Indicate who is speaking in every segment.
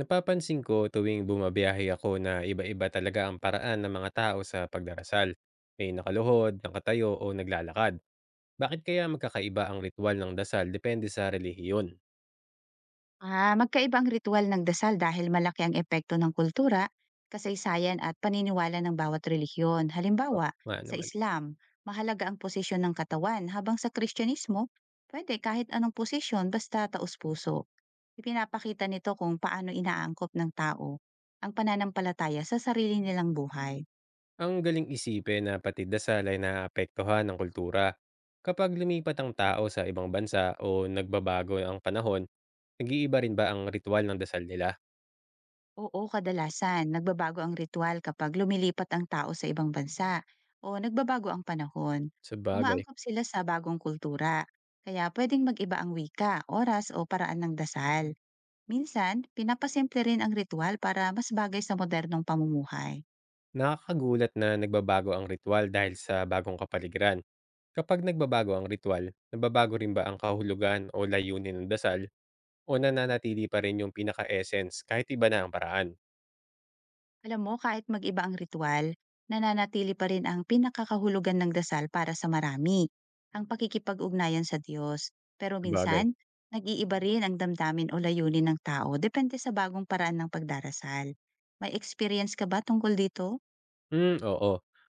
Speaker 1: Napapansin ko tuwing bumabiyahe ako na iba-iba talaga ang paraan ng mga tao sa pagdarasal. May nakaluhod, nakatayo o naglalakad. Bakit kaya magkakaiba ang ritual ng dasal depende sa relihiyon?
Speaker 2: Magkaiba ang ritual ng dasal dahil malaki ang epekto ng kultura, kasaysayan at paniniwala ng bawat relihiyon.
Speaker 1: O-
Speaker 2: Halimbawa,
Speaker 1: nga
Speaker 2: sa
Speaker 1: naman.
Speaker 2: Islam, mahalaga ang posisyon ng katawan habang sa Kristyanismo, pwede kahit anong posisyon basta taus-puso. Ipinapakita nito kung paano inaangkop ng tao ang pananampalataya sa sarili nilang buhay.
Speaker 1: Ang galing isipin na pati dasal ay naapektuhan ng kultura. Kapag lumipat ang tao sa ibang bansa o nagbabago ang panahon, nag-iiba rin ba ang ritual ng dasal nila?
Speaker 2: Oo, kadalasan nagbabago ang ritual kapag lumilipat ang tao sa ibang bansa o nagbabago ang panahon.
Speaker 1: Sa bagay,
Speaker 2: Umaangkop sila sa bagong kultura, kaya pwedeng mag-iba ang wika, oras o paraan ng dasal. Minsan, pinapasimple rin ang ritual para mas bagay sa modernong pamumuhay.
Speaker 1: nakakagulat na nagbabago ang ritual dahil sa bagong kapaligiran. Kapag nagbabago ang ritual, nababago rin ba ang kahulugan o layunin ng dasal o nananatili pa rin yung pinaka-essence kahit iba na ang paraan?
Speaker 2: Alam mo, kahit mag-iba ang ritual, nananatili pa rin ang pinakakahulugan ng dasal para sa marami, ang pakikipag-ugnayan sa Diyos. Pero minsan,
Speaker 1: Sabagay.
Speaker 2: nag-iiba rin ang damdamin o layunin ng tao depende sa bagong paraan ng pagdarasal. May experience ka ba tungkol dito?
Speaker 1: Oo.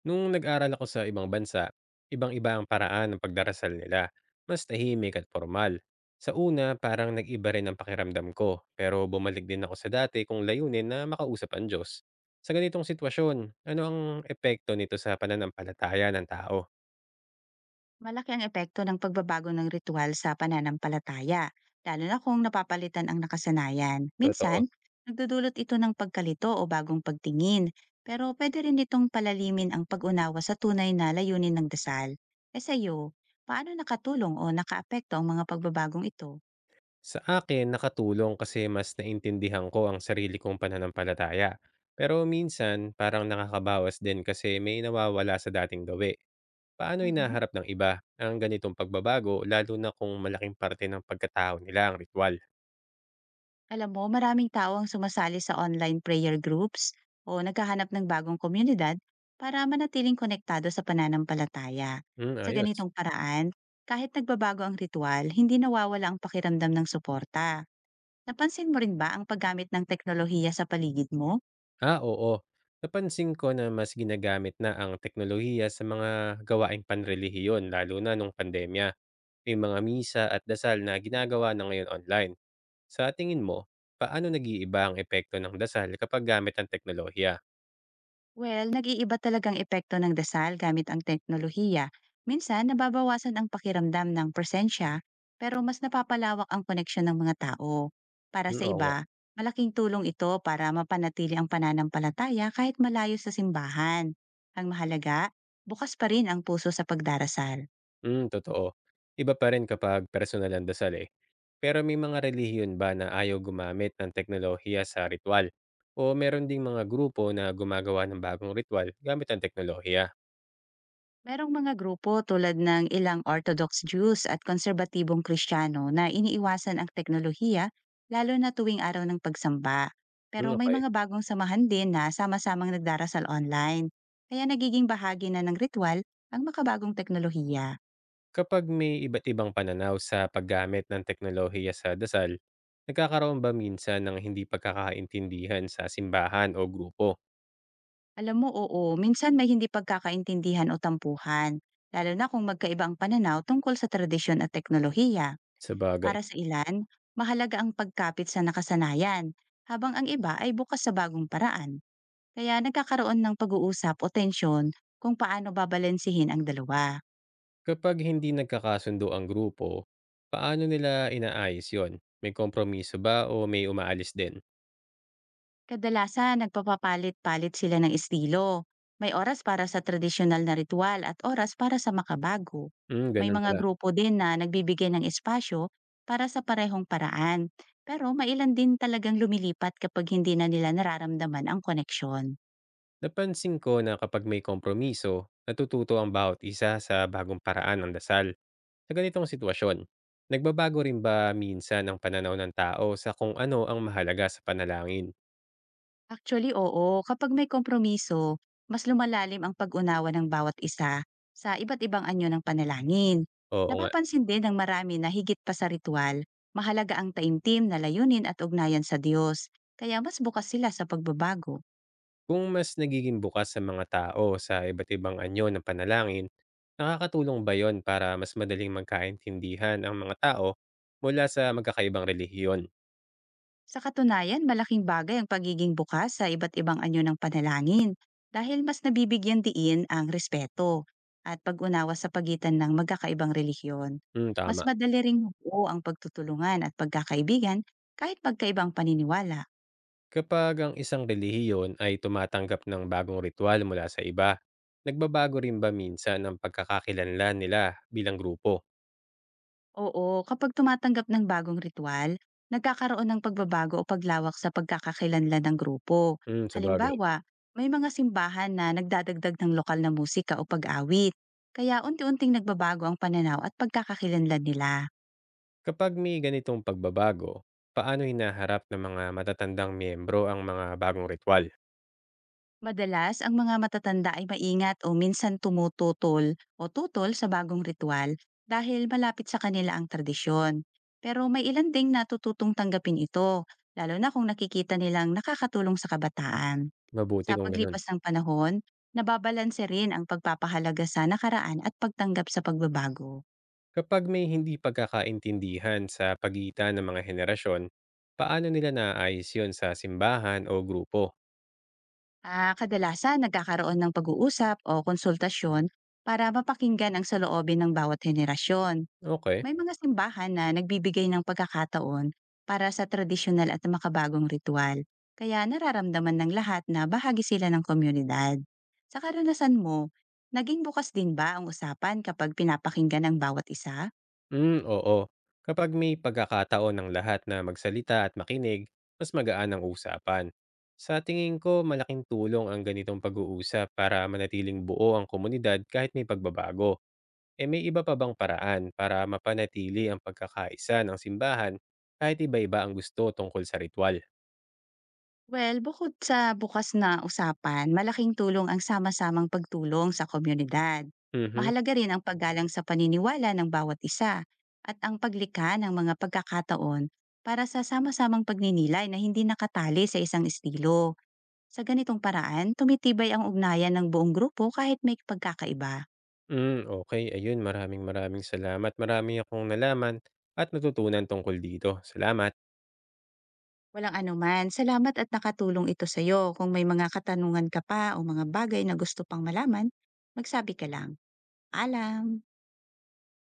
Speaker 1: Nung nag-aral ako sa ibang bansa, ibang-iba ang paraan ng pagdarasal nila. Mas tahimik at formal. Sa una, parang nag-iba rin ang pakiramdam ko, pero bumalik din ako sa dati kung layunin na makausap ang Diyos. Sa ganitong sitwasyon, ano ang epekto nito sa pananampalataya ng tao?
Speaker 2: Malaki ang epekto ng pagbabago ng ritual sa pananampalataya, lalo na kung napapalitan ang nakasanayan.
Speaker 1: Totoo.
Speaker 2: Minsan, nagdudulot ito ng pagkalito o bagong pagtingin, pero pwede rin itong palalimin ang pag-unawa sa tunay na layunin ng dasal. E sa paano nakatulong o nakaapekto ang mga pagbabagong ito?
Speaker 1: Sa akin, nakatulong kasi mas naintindihan ko ang sarili kong pananampalataya. Pero minsan, parang nakakabawas din kasi may nawawala sa dating gawi. Paano
Speaker 2: Mhm.
Speaker 1: inaharap ng iba ang ganitong pagbabago lalo na kung malaking parte ng pagkatao nila ang ritual?
Speaker 2: Alam mo, maraming tao ang sumasali sa online prayer groups o naghahanap ng bagong komunidad para manatiling konektado sa pananampalataya.
Speaker 1: Hmm,
Speaker 2: Sa
Speaker 1: ayos.
Speaker 2: ganitong paraan, kahit nagbabago ang ritual, hindi nawawala ang pakiramdam ng suporta. Napansin mo rin ba ang paggamit ng teknolohiya sa paligid mo?
Speaker 1: Ah, oo. Napansin ko na mas ginagamit na ang teknolohiya sa mga gawaing panrelihiyon lalo na nung pandemya. May mga misa at dasal na ginagawa na ngayon online. Sa tingin mo, paano nag-iiba ang epekto ng dasal kapag gamit ang teknolohiya?
Speaker 2: Well, nag-iiba talagang epekto ng dasal gamit ang teknolohiya. Minsan, nababawasan ang pakiramdam ng presensya, pero mas napapalawak ang koneksyon ng mga tao. Para
Speaker 1: Hmm,
Speaker 2: sa
Speaker 1: oo nga.
Speaker 2: iba, malaking tulong ito para mapanatili ang pananampalataya kahit malayo sa simbahan. Ang mahalaga, bukas pa rin ang puso sa pagdarasal.
Speaker 1: Hmm, totoo. Iba pa rin kapag personal ang dasal eh. Pero may mga relihiyon ba na ayaw gumamit ng teknolohiya sa ritual? O meron ding mga grupo na gumagawa ng bagong ritual gamit ang teknolohiya?
Speaker 2: Merong mga grupo tulad ng ilang Orthodox Jews at konserbatibong Kristiyano na iniiwasan ang teknolohiya lalo na tuwing araw ng pagsamba.
Speaker 1: Hmm,
Speaker 2: Pero may
Speaker 1: okay.
Speaker 2: mga bagong samahan din na sama-samang nagdarasal online. Kaya nagiging bahagi na ng ritual ang makabagong teknolohiya.
Speaker 1: Kapag may iba't ibang pananaw sa paggamit ng teknolohiya sa dasal, nagkakaroon ba minsan ng hindi pagkakaintindihan sa simbahan o grupo?
Speaker 2: Alam mo, oo, minsan may hindi pagkakaintindihan o tampuhan, lalo na kung magkaiba ang pananaw tungkol sa tradisyon at teknolohiya.
Speaker 1: Sa bagay.
Speaker 2: Para sa ilan, mahalaga ang pagkapit sa nakasanayan, habang ang iba ay bukas sa bagong paraan. Kaya nagkakaroon ng pag-uusap o tensyon kung paano babalansihin ang dalawa.
Speaker 1: Kapag hindi nagkakasundo ang grupo, paano nila inaayos yon? May kompromiso ba o may umaalis din?
Speaker 2: Kadalasan, nagpapapalit-palit sila ng estilo. May oras para sa tradisyonal na ritual at oras para sa makabago.
Speaker 1: Hmm,
Speaker 2: May
Speaker 1: ganun
Speaker 2: mga
Speaker 1: pala.
Speaker 2: grupo din na nagbibigay ng espasyo para sa parehong paraan. Pero mailan din talagang lumilipat kapag hindi na nila nararamdaman ang koneksyon.
Speaker 1: Napansin ko na kapag may kompromiso, natututo ang bawat isa sa bagong paraan ng dasal sa ganitong sitwasyon. Nagbabago rin ba minsan ang pananaw ng tao sa kung ano ang mahalaga sa panalangin?
Speaker 2: Actually, oo. Kapag may kompromiso, mas lumalalim ang pag-unawa ng bawat isa sa iba't ibang anyo ng panalangin.
Speaker 1: Oo nga.
Speaker 2: Napapansin din ng marami na higit pa sa ritual, mahalaga ang taimtim na layunin at ugnayan sa Diyos, kaya mas bukas sila sa pagbabago.
Speaker 1: Kung mas nagiging bukas sa mga tao sa iba't ibang anyo ng panalangin, nakakatulong ba yon para mas madaling magkaintindihan ang mga tao mula sa magkakaibang relihiyon?
Speaker 2: Sa katunayan, malaking bagay ang pagiging bukas sa iba't ibang anyo ng panalangin dahil mas nabibigyan diin ang respeto at pag-unawa sa pagitan ng magkakaibang relihiyon.
Speaker 1: Hmm,
Speaker 2: Mas
Speaker 1: tama.
Speaker 2: madali ring buo ang pagtutulungan at pagkakaibigan kahit magkaibang paniniwala.
Speaker 1: Kapag ang isang relihiyon ay tumatanggap ng bagong ritual mula sa iba, nagbabago rin ba minsan ang pagkakakilanlan nila bilang grupo?
Speaker 2: Oo, kapag tumatanggap ng bagong ritual, nagkakaroon ng pagbabago o paglawak sa pagkakakilanlan ng grupo.
Speaker 1: Hmm, sabagay.
Speaker 2: Halimbawa, may mga simbahan na nagdadagdag ng lokal na musika o pag-awit, kaya unti-unting nagbabago ang pananaw at pagkakakilanlan nila.
Speaker 1: Kapag may ganitong pagbabago, paano hinaharap ng mga matatandang miyembro ang mga bagong ritual?
Speaker 2: Madalas, ang mga matatanda ay maingat o minsan tumututol o tutol sa bagong ritual dahil malapit sa kanila ang tradisyon. Pero may ilan ding natututong tanggapin ito, lalo na kung nakikita nilang nakakatulong sa kabataan.
Speaker 1: Mabuti
Speaker 2: Sa
Speaker 1: kung ganun.
Speaker 2: paglipas ng panahon, nababalanse rin ang pagpapahalaga sa nakaraan at pagtanggap sa pagbabago.
Speaker 1: Kapag may hindi pagkakaintindihan sa pagitan ng mga henerasyon, paano nila naaayos yun sa simbahan o grupo?
Speaker 2: Kadalasan nagkakaroon ng pag-uusap o konsultasyon para mapakinggan ang saloobin ng bawat henerasyon.
Speaker 1: Okay.
Speaker 2: May mga simbahan na nagbibigay ng pagkakataon para sa tradisyonal at makabagong ritual. Kaya nararamdaman ng lahat na bahagi sila ng komunidad. Sa karanasan mo, naging bukas din ba ang usapan kapag pinapakinggan ang bawat isa?
Speaker 1: Mm, oo. Kapag may pagkakataon ng lahat na magsalita at makinig, mas magaan ang usapan. Sa tingin ko, malaking tulong ang ganitong pag-uusap para manatiling buo ang komunidad kahit may pagbabago. E may iba pa bang paraan para mapanatili ang pagkakaisa ng simbahan kahit iba-iba ang gusto tungkol sa ritual?
Speaker 2: Well, bukod sa bukas na usapan, malaking tulong ang sama-samang pagtulong sa komunidad.
Speaker 1: Mhm.
Speaker 2: Mahalaga rin ang paggalang sa paniniwala ng bawat isa at ang paglikha ng mga pagkakataon para sa sama-samang pagninilay na hindi nakatali sa isang estilo. Sa ganitong paraan, tumitibay ang ugnayan ng buong grupo kahit may pagkakaiba.
Speaker 1: Hmm, okay. Ayun, maraming maraming salamat. Marami akong nalaman at natutunan tungkol dito. Salamat.
Speaker 2: Walang anuman, salamat at nakatulong ito sa iyo. Kung may mga katanungan ka pa o mga bagay na gusto pang malaman, magsabi ka lang. Alam!